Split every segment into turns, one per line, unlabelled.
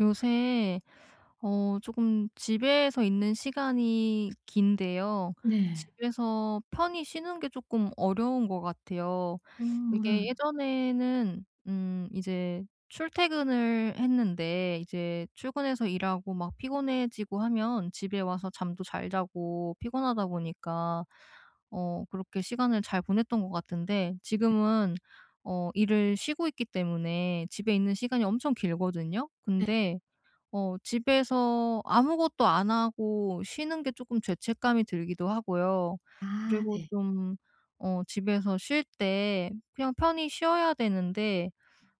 요새 조금 집에서 있는 시간이 긴데요.
네.
집에서 편히 쉬는 게 조금 어려운 것 같아요. 이게
네.
예전에는 이제 출퇴근을 했는데, 이제 출근해서 일하고 막 피곤해지고 하면 집에 와서 잠도 잘 자고 피곤하다 보니까 그렇게 시간을 잘 보냈던 것 같은데, 지금은 일을 쉬고 있기 때문에 집에 있는 시간이 엄청 길거든요.
네.
근데 집에서 아무것도 안 하고 쉬는 게 조금 죄책감이 들기도 하고요.
아
그리고
네.
좀 집에서 쉴 때 그냥 편히 쉬어야 되는데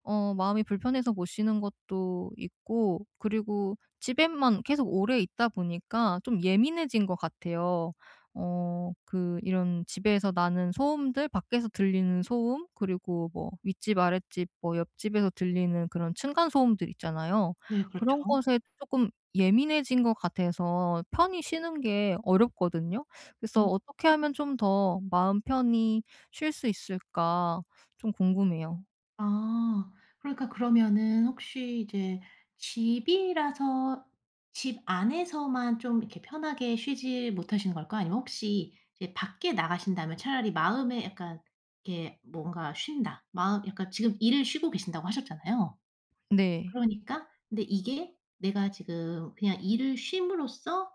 마음이 불편해서 못 쉬는 것도 있고, 그리고 집에만 계속 오래 있다 보니까 좀 예민해진 것 같아요. 그 이런 집에서 나는 소음들, 밖에서 들리는 소음, 그리고 뭐 윗집 아랫집 뭐 옆집에서 들리는 그런 층간 소음들 있잖아요.
네
그런
그렇죠.
것에 조금 예민해진 것 같아서 편히 쉬는 게 어렵거든요. 그래서
음.
'어떻게 하면 좀 더 마음 편히 쉴 수 있을까?' 좀 궁금해요.
아. 그러니까 그러면은 혹시 이제 집이라서 집 안에서만 좀 이렇게 편하게 쉬지 못하시는 걸까요? 아니면 혹시 이제 밖에 나가신다면 차라리 마음에 약간 이렇게 뭔가 쉰다. 마음 약간 지금 일을 쉬고 계신다고 하셨잖아요.
네.
그러니까 근데 이게 내가 지금 그냥 일을 쉼으로써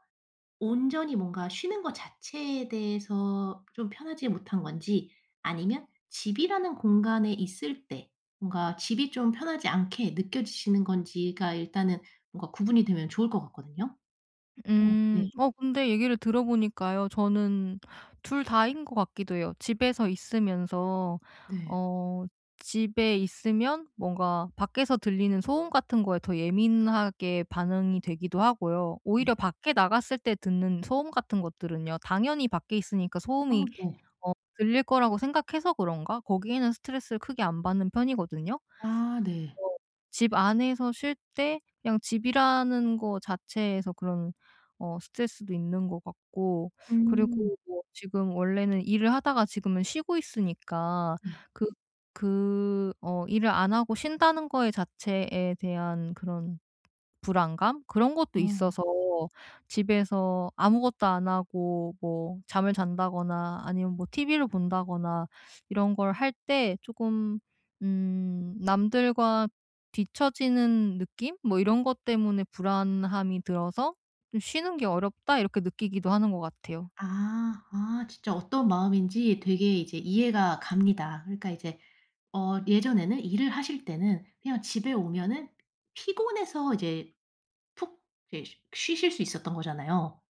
온전히 뭔가 쉬는 것 자체에 대해서 좀 편하지 못한 건지 아니면 집이라는 공간에 있을 때 뭔가 집이 좀 편하지 않게 느껴지시는 건지가 일단은 뭔가 구분이 되면 좋을 것 같거든요. 어 네.
음. 근데 얘기를 들어보니까요, 저는 둘 다인 것 같기도 해요. 집에서 있으면서
네.
어 집에 있으면 뭔가 밖에서 들리는 소음 같은 거에 더 예민하게 반응이 되기도 하고요. 오히려
네.
밖에 나갔을 때 듣는 소음 같은 것들은요, 당연히 밖에 있으니까
어
소음이
네.
어 들릴 거라고 생각해서 그런가 거기에는 스트레스를 크게 안 받는 편이거든요.
아 네.
어 집 안에서 쉴 때 그냥 집이라는 거 자체에서 그런 스트레스도 있는 것 같고,
음.
그리고 뭐 지금 원래는 일을 하다가 지금은 쉬고 있으니까
네.
그 일을 안 하고 쉰다는 거에 자체에 대한 그런 불안감, 그런 것도
어.
있어서 집에서 아무것도 안 하고 뭐 잠을 잔다거나 아니면 뭐 TV를 본다거나 이런 걸 할 때 쪼금 남들과 뒤처지는 느낌, 뭐 이런 것 때문에 불안함이 들어서 좀 '쉬는 게 어렵다.' 이렇게 느끼기도 하는 것 같아요.
아. 아 진짜 어떤 마음인지 되게 이제 이해가 갑니다. 그러니까 이제 어 예전에는 일을 하실 때는 그냥 집에 오면은 피곤해서 이제 푹 이제 쉬 쉬실 수 있었던 거잖아요.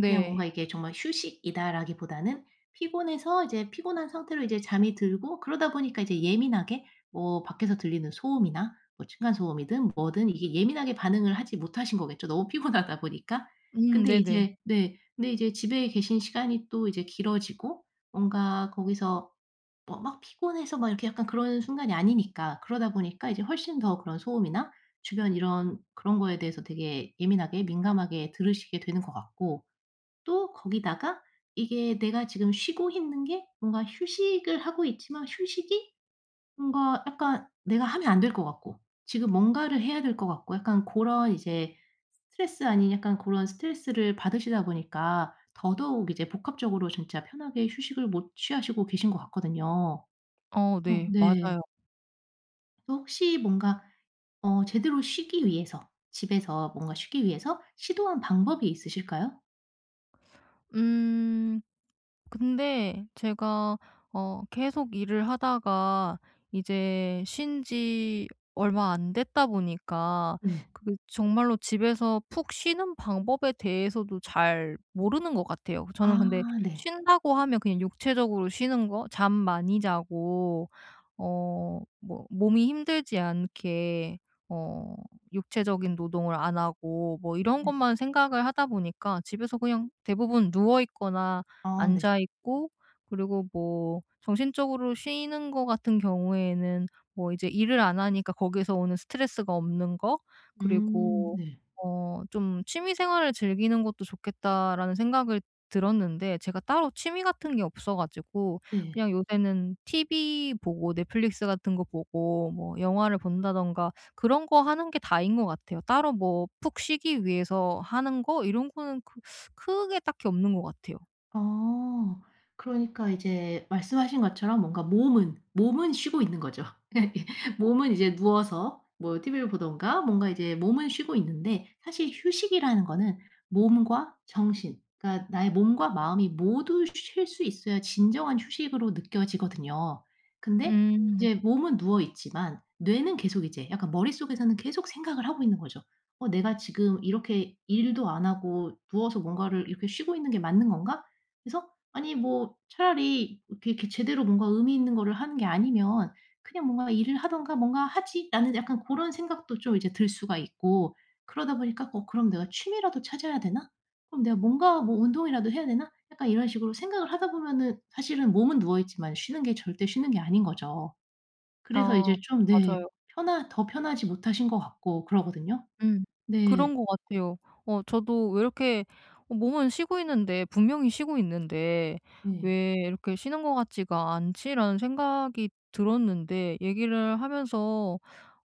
그냥 뭔가 이게 정말 휴식이다라기보다는 피곤해서 이제 피곤한 상태로 이제 잠이 들고 그러다 보니까 이제 예민하게 뭐 밖에서 들리는 소음이나 뭐 층간 소음이든 뭐든 이게 예민하게 반응을 하지 못하신 거겠죠, 너무 피곤하다 보니까. 근데
네네.
이제 네 근데 이제 집에 계신 시간이 또 이제 길어지고 뭔가 거기서 뭐 막 피곤해서 막 이렇게 약간 그런 순간이 아니니까. 그러다 보니까 이제 훨씬 더 그런 소음이나 주변 이런 그런 거에 대해서 되게 예민하게 민감하게 들으시게 되는 것 같고 또 거기다가 이게 내가 지금 쉬고 있는 게 뭔가 휴식을 하고 있지만 휴식이 뭔가 약간 내가 하면 안 될 것 같고 지금 뭔가를 해야 될 것 같고 약간 그런 이제 스트레스 아닌 약간 그런 스트레스를 받으시다 보니까 더더욱 이제 복합적으로 진짜 편하게 휴식을 못 취하시고 계신 것 같거든요.
어
어
네.
네.
맞아요.
그래서 혹시 뭔가 어 제대로 쉬기 위해서 집에서 뭔가 쉬기 위해서 시도한 방법이 있으실까요?
음. 근데 제가 계속 일을 하다가 이제 쉰 지 얼마 안 됐다 보니까
네.
그 정말로 집에서 푹 쉬는 방법에 대해서도 잘 모르는 것 같아요. 저는 근데
아 네.
쉰다고 하면 그냥 육체적으로 쉬는 거, 잠 많이 자고 뭐 몸이 힘들지 않게 어 육체적인 노동을 안 하고 뭐 이런
네.
것만 생각을 하다 보니까 집에서 그냥 대부분 누워 있거나
어 네.
앉아 있고, 그리고 뭐 정신적으로 쉬는 거 같은 경우에는 뭐 이제 일을 안 하니까 거기에서 오는 스트레스가 없는 거, 그리고
네.
어 좀 '취미 생활을 즐기는 것도 좋겠다.'라는 생각을 들었는데 제가 따로 취미 같은 게 없어 가지고
네.
그냥 요새는 TV 보고 넷플릭스 같은 거 보고 뭐 영화를 본다든가 그런 거 하는 게 다인 것 같아요. 따로 뭐 푹 쉬기 위해서 하는 거 이런 거는 크 크게 딱히 없는 것 같아요.
어. 그러니까 이제 말씀하신 것처럼 뭔가 몸은 쉬고 있는 거죠. 몸은 이제 누워서 뭐 TV를 보든가 뭔가 이제 몸은 쉬고 있는데 사실 휴식이라는 거는 몸과 정신 그러니까 나의 몸과 마음이 모두 쉴 수 있어야 진정한 휴식으로 느껴지거든요. 근데
음.
이제 몸은 누워 있지만 뇌는 계속 이제 약간 머릿속에서는 계속 생각을 하고 있는 거죠. '어 내가 지금 이렇게 일도 안 하고 누워서 뭔가를 이렇게 쉬고 있는 게 맞는 건가?' 그래서 아니 뭐 차라리 이렇게 제대로 뭔가 의미 있는 거를 하는 게 아니면 그냥 뭔가 '일을 하던가 뭔가 하지.' 나는 약간 그런 생각도 좀 이제 들 수가 있고 그러다 보니까 '어 그럼 내가 취미라도 찾아야 되나? 그럼 내가 뭔가 뭐 운동이라도 해야 되나?' 약간 이런 식으로 생각을 하다 보면은 사실은 몸은 누워 있지만 쉬는 게 절대 쉬는 게 아닌 거죠. 그래서
아
이제 좀 네
맞아요.
편하 더 편하지 못하신 것 같고 그러거든요.
음.
네.
그런 것 같아요. 저도 왜 이렇게 몸은 쉬고 있는데, 분명히 쉬고 있는데
네.
'왜 이렇게 쉬는 것 같지가 않지?'라는 생각이 들었는데, 얘기를 하면서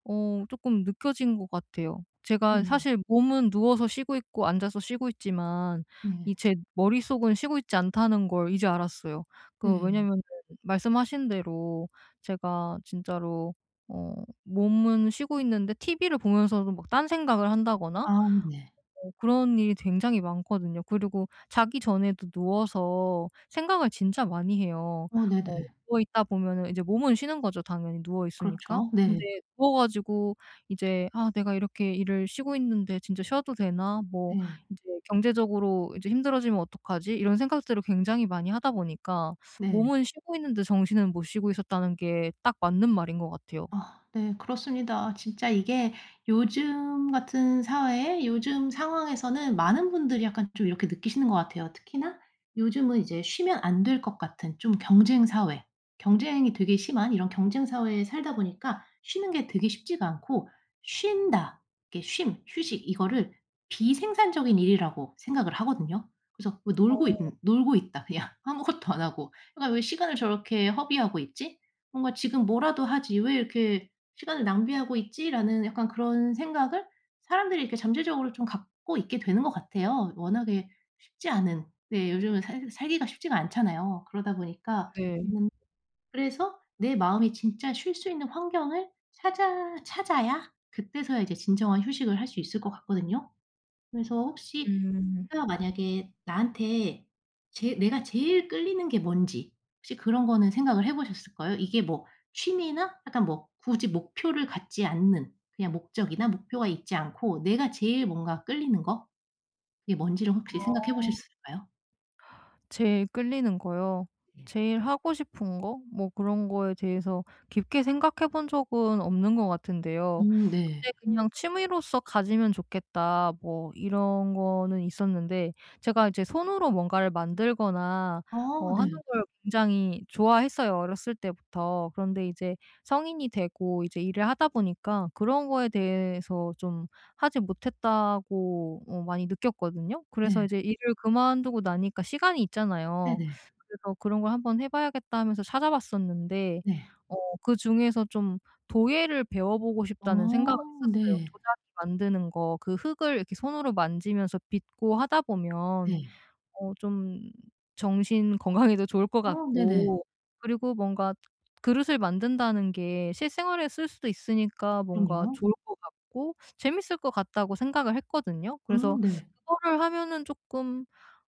쪼끔 느껴진 것 같아요. 제가
음.
사실 몸은 누워서 쉬고 있고 앉아서 쉬고 있지만, 이
네.
제 머릿속은 쉬고 있지 않다는 걸 이제 알았어요. 그
네.
왜냐면은 말씀하신 대로 제가 진짜로 어 몸은 쉬고 있는데, TV를 보면서도 막 딴 생각을 한다거나
아 네.
그런 일이 굉장히 많거든요. 그리고 자기 전에도 누워서 생각을 진짜 많이 해요.
어 네네.
어 누워 있다 보면은 이제 몸은 쉬는 거죠, 당연히 누워 있으니까.
그렇죠.
근데
네.
누워 가지고 이제 '아 내가 이렇게 일을 쉬고 있는데 진짜 쉬어도 되나? 뭐
네.
이제 경제적으로 이제 힘들어지면 어떡하지?' 이런 생각들을 굉장히 많이 하다 보니까
네.
몸은 쉬고 있는데 정신은 못 쉬고 있었다는 게 딱 맞는 말인 것 같아요.
아 네. 그렇습니다. 진짜 이게 요즘 같은 사회에 요즘 상황에서는 많은 분들이 약간 좀 이렇게 느끼시는 것 같아요. 특히나 요즘은 이제 쉬면 안 될 것 같은 좀 경쟁 사회, 경쟁이 되게 심한 이런 경쟁 사회에 살다 보니까 쉬는 게 되게 쉽지가 않고 '쉰다.' 이게 쉼, 휴식 이거를 비생산적인 일이라고 생각을 하거든요. 그래서 뭐 놀고 있다 그냥 아무것도 안 하고. 그러니까 '왜 시간을 저렇게 허비하고 있지?' 뭔가 '지금 뭐라도 하지. 왜 이렇게 시간을 낭비하고 있지?'라는 약간 그런 생각을 사람들이 이렇게 잠재적으로 좀 갖고 있게 되는 것 같아요. 워낙에 쉽지 않은 네 요즘은 살 살기가 쉽지가 않잖아요. 그러다 보니까
네.
음 그래서 내 마음이 진짜 쉴 수 있는 환경을 찾아야 그때서야 이제 진정한 휴식을 할 수 있을 것 같거든요. 그래서 혹시
음.
내가 만약에 나한테 제 내가 제일 끌리는 게 뭔지 혹시 그런 거는 생각을 해 보셨을까요? 이게 뭐 취미나 약간 뭐 굳이 목표를 갖지 않는 그냥 목적이나 목표가 있지 않고 내가 제일 뭔가 끌리는 거 그게 뭔지를 혹시 생각해
어.
보셨을까요?
제일 끌리는 거요?
네.
제일 하고 싶은 거? 뭐 그런 거에 대해서 깊게 생각해 본 적은 없는 것 같은데요.
네.
근데 그냥 '취미로서 가지면 좋겠다.' 뭐 이런 거는 있었는데, 제가 이제 손으로 뭔가를 만들거나
어
하는
네.
걸 굉장히 좋아했어요, 어렸을 때부터. 그런데 이제 성인이 되고 이제 일을 하다 보니까 그런 거에 대해서 좀 하지 못했다고 많이 느꼈거든요. 그래서
네.
이제 일을 그만두고 나니까 시간이 있잖아요.
네네.
그래서 '그런 걸 한번 해 봐야겠다.' 하면서 찾아봤었는데
네.
어 그중에서 좀 도예를 배워보고 싶다는 생각을
어
했었어요.
네.
도자기 만드는 거, 그 흙을 이렇게 손으로 만지면서 빚고 하다 보면
네.
좀 정신 건강에도 좋을 것
어 네네.
같고, 그리고 뭔가 그릇을 만든다는 게 실생활에 쓸 수도 있으니까 뭔가
그럼요.
좋을 것 같고 재밌을 것 같다고 생각을 했거든요. 그래서
네.
그거를 하면은 쪼끔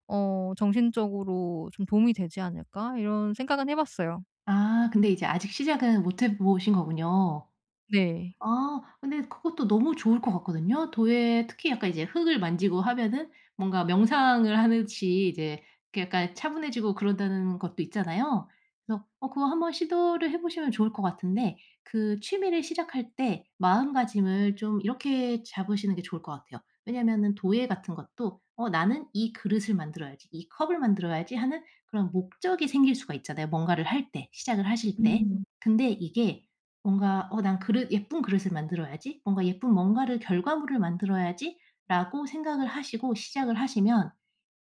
'정신적으로 좀 도움이 되지 않을까?' 이런 생각은 해 봤어요.
아 근데 이제 아직 시작은 못해 보신 거군요.
네.
아 근데 그것도 너무 좋을 것 같거든요. 도예 특히 약간 이제 흙을 만지고 하면은 뭔가 명상을 하듯이 이제 이렇게 약간 차분해지고 그런다는 것도 있잖아요. 그래서 어 그거 한번 시도를 해 보시면 좋을 것 같은데 그 취미를 시작할 때 마음가짐을 좀 이렇게 잡으시는 게 좋을 것 같아요. 왜냐면은 도예 같은 것도 '어 나는 이 그릇을 만들어야지. 이 컵을 만들어야지.' 하는 그런 목적이 생길 수가 있잖아요, 뭔가를 할 때, 시작을 하실 때. 근데 이게 뭔가 '어 난 그릇 예쁜 그릇을 만들어야지. 뭔가 예쁜 뭔가를 결과물을 만들어야지.'라고 생각을 하시고 시작을 하시면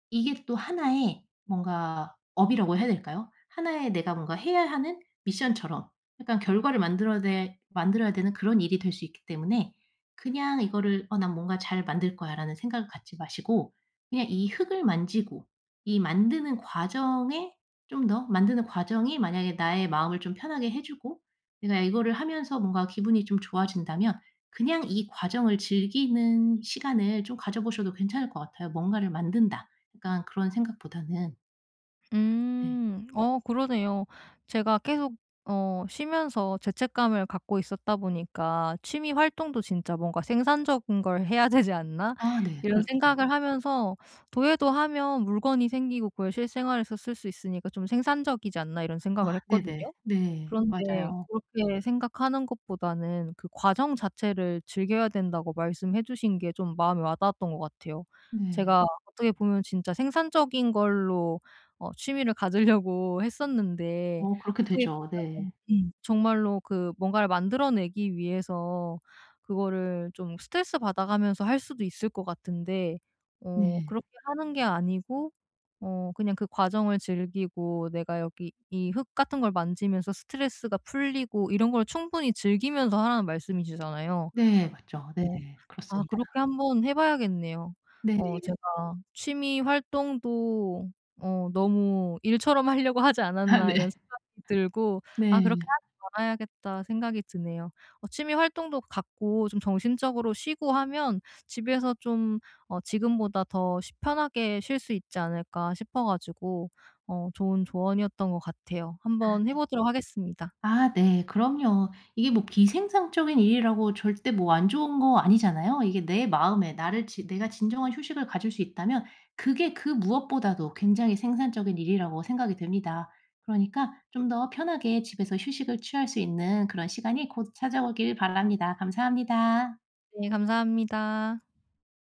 이게 또 하나의 뭔가 업이라고 해야 될까요? 하나의 내가 뭔가 해야 하는 미션처럼 약간 결과를 만들어야 되는 그런 일이 될 수 있기 때문에 그냥 이거를 '어 난 뭔가 잘 만들 거야.'라는 생각을 갖지 마시고 그냥 이 흙을 만지고 이 만드는 과정에 좀 더 만드는 과정이 만약에 나의 마음을 좀 편하게 해 주고 내가 이거를 하면서 뭔가 기분이 좀 좋아진다면 그냥 이 과정을 즐기는 시간을 좀 가져 보셔도 괜찮을 것 같아요. '뭔가를 만든다.' 약간 그런 생각보다는. 네.
음. 그러네요. 제가 계속 쉬면서 죄책감을 갖고 있었다 보니까 '취미 활동도 진짜 뭔가 생산적인 걸 해야 되지 않나?'
아 네.
이런
그렇죠.
생각을 하면서 도예도 하면 물건이 생기고 그걸 실생활에서 쓸 수 있으니까 '좀 생산적이지 않나?' 이런 생각을
아
했거든요.
네네. 네.
그런데
맞아요.
그렇게 생각하는 것보다는 그 과정 자체를 즐겨야 된다고 말씀해 주신 게 좀 마음에 와닿았던 것 같아요.
네.
제가 어떻게 보면 진짜 생산적인 걸로 취미를 가지려고 했었는데,
어 그렇게
어떻게
되죠.
보면은
네.
정말로 그 뭔가를 만들어내기 위해서 그거를 좀 스트레스 받아가면서 할 수도 있을 것 같은데,
네.
그렇게 하는 게 아니고 그냥 그 과정을 즐기고 내가 여기 이 흙 같은 걸 만지면서 스트레스가 풀리고 이런 걸 충분히 즐기면서 하라는 말씀이시잖아요.
네. 맞죠. 네.
어 아
그렇습니다.
그렇게 한번 해 봐야겠네요.
네.
제가 취미 활동도 너무 일처럼 하려고 하지
아
않았나 이런 생각이 들고, '아
네.
그렇게
네.
하지 말아야겠다.' 생각이 드네요. 취미 활동도 갖고 좀 정신적으로 쉬고 하면 집에서 좀 지금보다 더 쉬 편하게 쉴 수 있지 않을까 싶어 가지고 좋은 조언이었던 것 같아요. 한번 해 보도록 하겠습니다.
아 네. 그럼요. 이게 뭐 비생산적인 일이라고 절대 뭐 안 좋은 거 아니잖아요. 이게 내 마음에 나를 지 내가 진정한 휴식을 가질 수 있다면 그게 그 무엇보다도 굉장히 생산적인 일이라고 생각이 됩니다. 그러니까 좀 더 편하게 집에서 휴식을 취할 수 있는 그런 시간이 곧 찾아오길 바랍니다. 감사합니다.
네 감사합니다.